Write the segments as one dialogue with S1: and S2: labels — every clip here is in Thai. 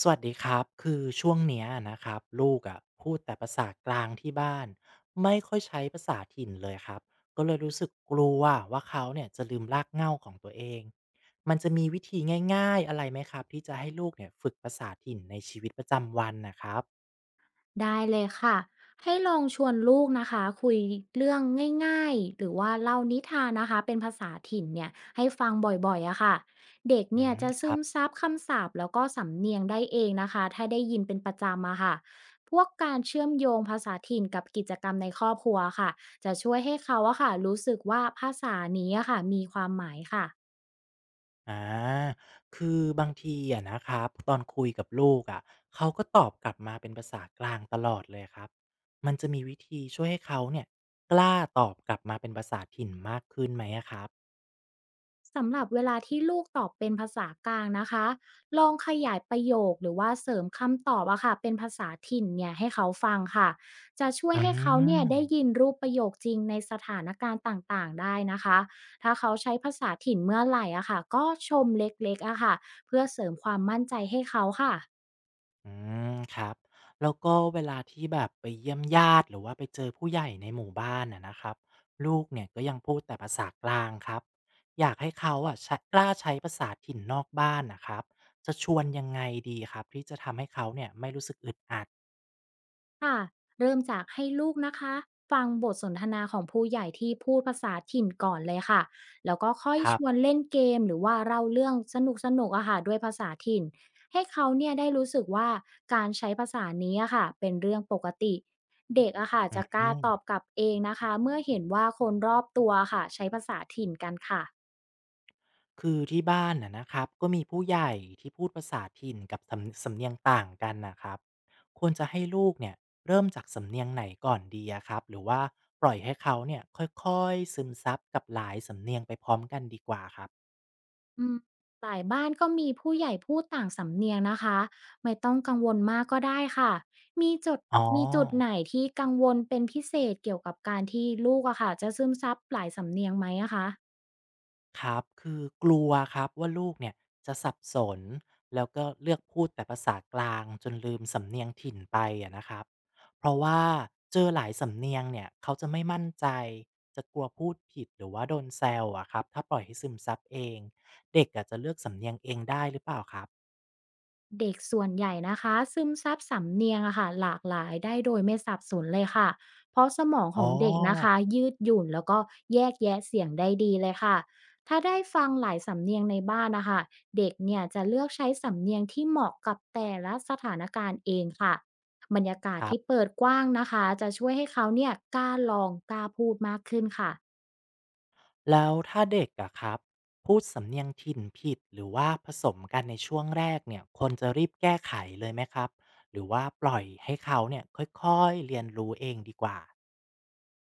S1: สวัสดีครับคือช่วงเนี้ยนะครับลูกอ่ะพูดแต่ภาษากลางที่บ้านไม่ค่อยใช้ภาษาถิ่นเลยครับก็เลยรู้สึกกลัวว่าเขาเนี่ยจะลืมรากเหง้าของตัวเองมันจะมีวิธีง่ายๆอะไรไหมครับที่จะให้ลูกเนี่ยฝึกภาษาถิ่นในชีวิตประจำวันนะครับ
S2: ได้เลยค่ะให้ลองชวนลูกนะคะคุยเรื่องง่ายๆหรือว่าเล่านิทานนะคะเป็นภาษาถิ่นเนี่ยให้ฟังบ่อยๆอะค่ะเด็ก
S1: อื
S2: เนี่ย
S1: ม
S2: จะ
S1: ค
S2: ซึ
S1: รับ
S2: มซับคำศัพท์แล้วก็สำเนียงได้เองนะคะถ้าได้ยินเป็นประจำอะค่ะพวกการเชื่อมโยงภาษาถิ่นกับกิจกรรมในครอบครัวค่ะจะช่วยให้เขาอะค่ะรู้สึกว่าภาษานี้อะค่ะมีความหมายค่ะ
S1: อ่าคือบางทีอะนะครับตอนคุยกับลูกอะเขาก็ตอบกลับมาเป็นภาษากลางตลอดเลยครับ มันจะมีวิธีช่วยให้เขาเนี่ยกล้าตอบกลับมาเป็นภาษาถิ่นมากขึ้นไหมอะครับ
S2: สำหรับเวลาที่ลูกตอบเป็นภาษากลางนะคะลองขยายประโยคหรือว่าเสริมคำตอบอะค่ะเป็นภาษาถิ่นเนี่ยให้เขาฟังค่ะจะช่วย
S1: อื
S2: ให้เขาเนี่ยได้
S1: ม
S2: ยินรูปประโยคจริงในสถานการณ์ต่างๆได้นะคะถ้าเขาใช้ภาษาถิ่นเมื่อไหร่อะค่ะก็ชมเล็กๆอะค่ะเพื่อเสริมความมั่นใจให้เขาค่ะ
S1: อืมครับแล้วก็เวลาที่แบบไปเยี่ยมญาติหรือว่าไปเจอผู้ใหญ่ในหมู่บ้านอะนะครับลูกเนี่ยก็ยังพูดแต่ภาษากลางครับอยากให้เขาอะใช้กล้าใช้ภาษาถิ่นนอกบ้านนะครับจะชวนยังไงดีครับที่จะทำให้เขาเนี่ยไม่รู้สึกอึดอัด
S2: ค่ะเริ่มจากให้ลูกนะคะฟังบทสนทนาของผู้ใหญ่ที่พูดภาษาถิ่นก่อนเลยค่ะแล้วก็ค่อย
S1: ครั
S2: ช
S1: บ
S2: วนเล่นเกมหรือว่าเล่าเรื่องสนุกสนุกอะค่ะด้วยภาษาถิ่นให้เขาเนี่ยได้รู้สึกว่าการใช้ภาษานี้อะค่ะเป็นเรื่องปกติเด็กอะค่ะ
S1: อื
S2: จะกล้า
S1: ม
S2: ตอบกลับเองนะคะเมื่อเห็นว่าคนรอบตัวค่ะใช้ภาษาถิ่นกันค่ะ
S1: คือที่บ้านนะครับก็มีผู้ใหญ่ที่พูดภาษาถิ่นกับสำเนียงต่างกันนะครับควรจะให้ลูกเนี่ยเริ่มจากสำเนียงไหนก่อนดีอะครับหรือว่าปล่อยให้เขาเนี่ยค่อยๆซึมซับกับหลายสำเนียงไปพร้อมกันดีกว่าครับ
S2: อืมหลายบ้านก็มีผู้ใหญ่พูดต่างสำเนียงนะคะไม่ต้องกังวลมากก็ได้ค่ะมีจุด
S1: อ๋อ
S2: มีจุดไหนที่กังวลเป็นพิเศษเกี่ยวกับการที่ลูกอะค่ะจะซึมซับหลายสำเนียงไหมอะคะ
S1: ครับคือกลัวครับว่าลูกเนี่ยจะสับสนแล้วก็เลือกพูดแต่ภาษากลางจนลืมสำเนียงถิ่นไปอะนะครับเพราะว่าเจอหลายสำเนียงเนี่ยเขาจะไม่มั่นใจจะกลัวพูดผิดหรือว่าโดนแซวอะครับถ้าปล่อยให้ซึมซับเองเด็กอาจจะเลือกสำเนียงเองได้หรือเปล่าครับ
S2: เด็กส่วนใหญ่นะคะซึมซับสำเนียงอะค่ะหลากหลายได้โดยไม่สับสนเลยค่ะเพราะสมอง
S1: อ๋
S2: ข
S1: อ
S2: องเด็กนะคะยืดหยุ่นแล้วก็แยกแยะเสียงได้ดีเลยค่ะถ้าได้ฟังหลายสำเนียงในบ้านนะคะเด็กเนี่ยจะเลือกใช้สำเนียงที่เหมาะกับแต่ละสถานการณ์เองค่ะบรรยากาศ
S1: ครับ
S2: ที่เปิดกว้างนะคะจะช่วยให้เขาเนี่ยกล้าลองกล้าพูดมากขึ้นค่ะ
S1: แล้วถ้าเด็กอะครับพูดสำเนียงถิ่นผิดหรือว่าผสมกันในช่วงแรกเนี่ยควรจะรีบแก้ไขเลยไหมครับหรือว่าปล่อยให้เขาเนี่ยค่อยๆเรียนรู้เองดีกว่า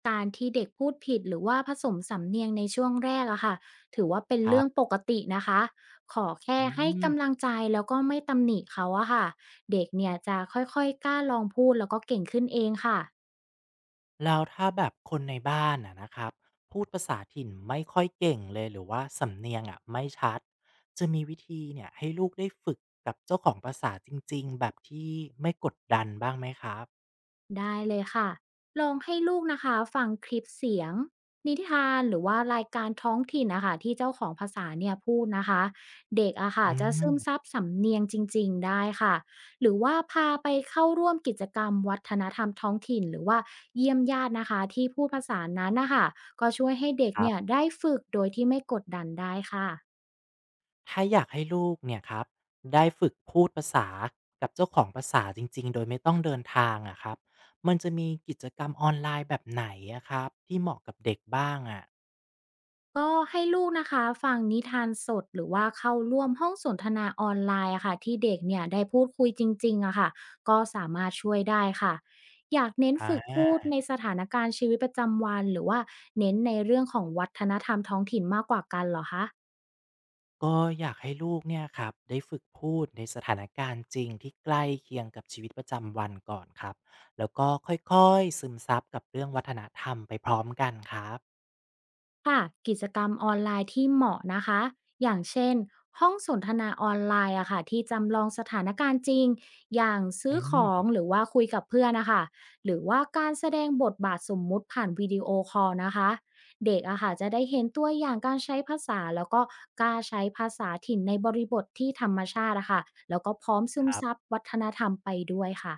S2: การที่เด็กพูดผิดหรือว่าผสมสำเนียงในช่วงแรกอะค่ะถือว่าเป็น
S1: ครั
S2: เรื่อง
S1: บ
S2: ปกตินะคะขอแค่
S1: อื
S2: ให้
S1: ม
S2: กำลังใจแล้วก็ไม่ตำหนิเขาอะค่ะเด็กเนี่ยจะค่อยๆกล้าลองพูดแล้วก็เก่งขึ้นเองค่ะ
S1: แล้วถ้าแบบคนในบ้านอะนะครับพูดภาษาถิ่นไม่ค่อยเก่งเลยหรือว่าสำเนียงอะไม่ชัดจะมีวิธีเนี่ยให้ลูกได้ฝึกกับเจ้าของภาษาจริงๆแบบที่ไม่กดดันบ้างไหมครับ
S2: ได้เลยค่ะลองให้ลูกนะคะฟังคลิปเสียงนิทานหรือว่ารายการท้องถิ่นนะคะที่เจ้าของภาษาเนี่ยพูดนะคะเด็กอะค่ะ
S1: อื
S2: จะซึมซั
S1: ม
S2: บสำเนียงจริงๆได้ค่ะหรือว่าพาไปเข้าร่วมกิจกรรมวัฒนธรรมท้องถิ่นหรือว่าเยี่ยมญาตินะคะที่พูดภาษานั้นนะคะก็ช่วยให้เด็ก
S1: ครั
S2: เนี่ย
S1: บ
S2: ได้ฝึกโดยที่ไม่กดดันได้ค่ะ
S1: ถ้าอยากให้ลูกเนี่ยครับได้ฝึกพูดภาษากับเจ้าของภาษาจริงๆโดยไม่ต้องเดินทางอะครับมันจะมีกิจกรรมออนไลน์แบบไหนอะครับที่เหมาะกับเด็กบ้างอะ
S2: ก็ให้ลูกนะคะฟังนิทานสดหรือว่าเข้าร่วมห้องสนทนาออนไลน์อะค่ะที่เด็กเนี่ยได้พูดคุยจริงๆอะค่ะก็สามารถช่วยได้ค่ะอยากเน้นฝึก
S1: อา
S2: พูดในสถานการณ์ชีวิตประจำวันหรือว่าเน้นในเรื่องของวัฒนธรรมท้องถิ่นมากกว่ากันเหรอคะ
S1: ก็อยากให้ลูกเนี่ยครับได้ฝึกพูดในสถานการณ์จริงที่ใกล้เคียงกับชีวิตประจำวันก่อนครับแล้วก็ค่อยๆซึมซับกับเรื่องวัฒนธรรมไปพร้อมกันครับ
S2: ค่ะกิจกรรมออนไลน์ที่เหมาะนะคะอย่างเช่นห้องสนทนาออนไลน์อะค่ะที่จำลองสถานการณ์จริงอย่างซื้
S1: อื
S2: อของ
S1: ม
S2: หรือว่าคุยกับเพื่อนนะคะหรือว่าการแสดงบทบาทสมมุติผ่านวิดีโอคอลนะคะเด็กอะค่ะจะได้เห็นตัวอย่างการใช้ภาษาแล้วก็กล้าใช้ภาษาถิ่นในบริบทที่ธรรมชาติอะค่ะแล้วก็พร้อมซึ
S1: ค
S2: ม
S1: รั
S2: ซับ
S1: บ
S2: วัฒนธรรมไปด้วยค่ะ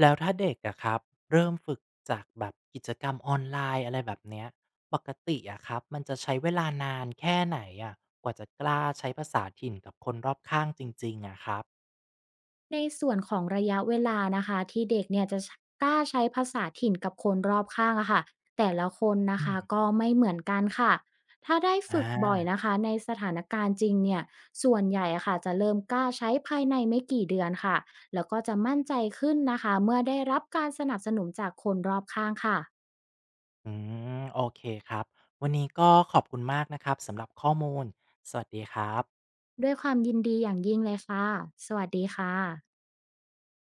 S1: แล้วถ้าเด็กอะครับเริ่มฝึกจากแบบกิจกรรมออนไลน์อะไรแบบเนี้ยปกติอะครับมันจะใช้เวลานานแค่ไหนอะกว่าจะกล้าใช้ภาษาถิ่นกับคนรอบข้างจริงๆอะครับ
S2: ในส่วนของระยะเวลานะคะที่เด็กเนี่ยจะกล้าใช้ภาษาถิ่นกับคนรอบข้างอะค่ะแต่ละคนนะ
S1: อื
S2: คะ
S1: ม
S2: ก็ไม่เหมือนกันค่ะถ้าได้
S1: อ
S2: ฝึกบ่อย
S1: า
S2: นะคะในสถานการณ์จริงเนี่ยส่วนใหญ่อะค่ะจะเริ่มกล้าใช้ภายในไม่กี่เดือนค่ะแล้วก็จะมั่นใจขึ้นนะคะเมื่อได้รับการสนับสนุนจากคนรอบข้างค่ะ
S1: อืมโอเคครับวันนี้ก็ขอบคุณมากนะครับสำหรับข้อมูลสวัสดีครับ
S2: ด้วยความยินดีอย่างยิ่งเลยค่ะสวัสดีค่ะ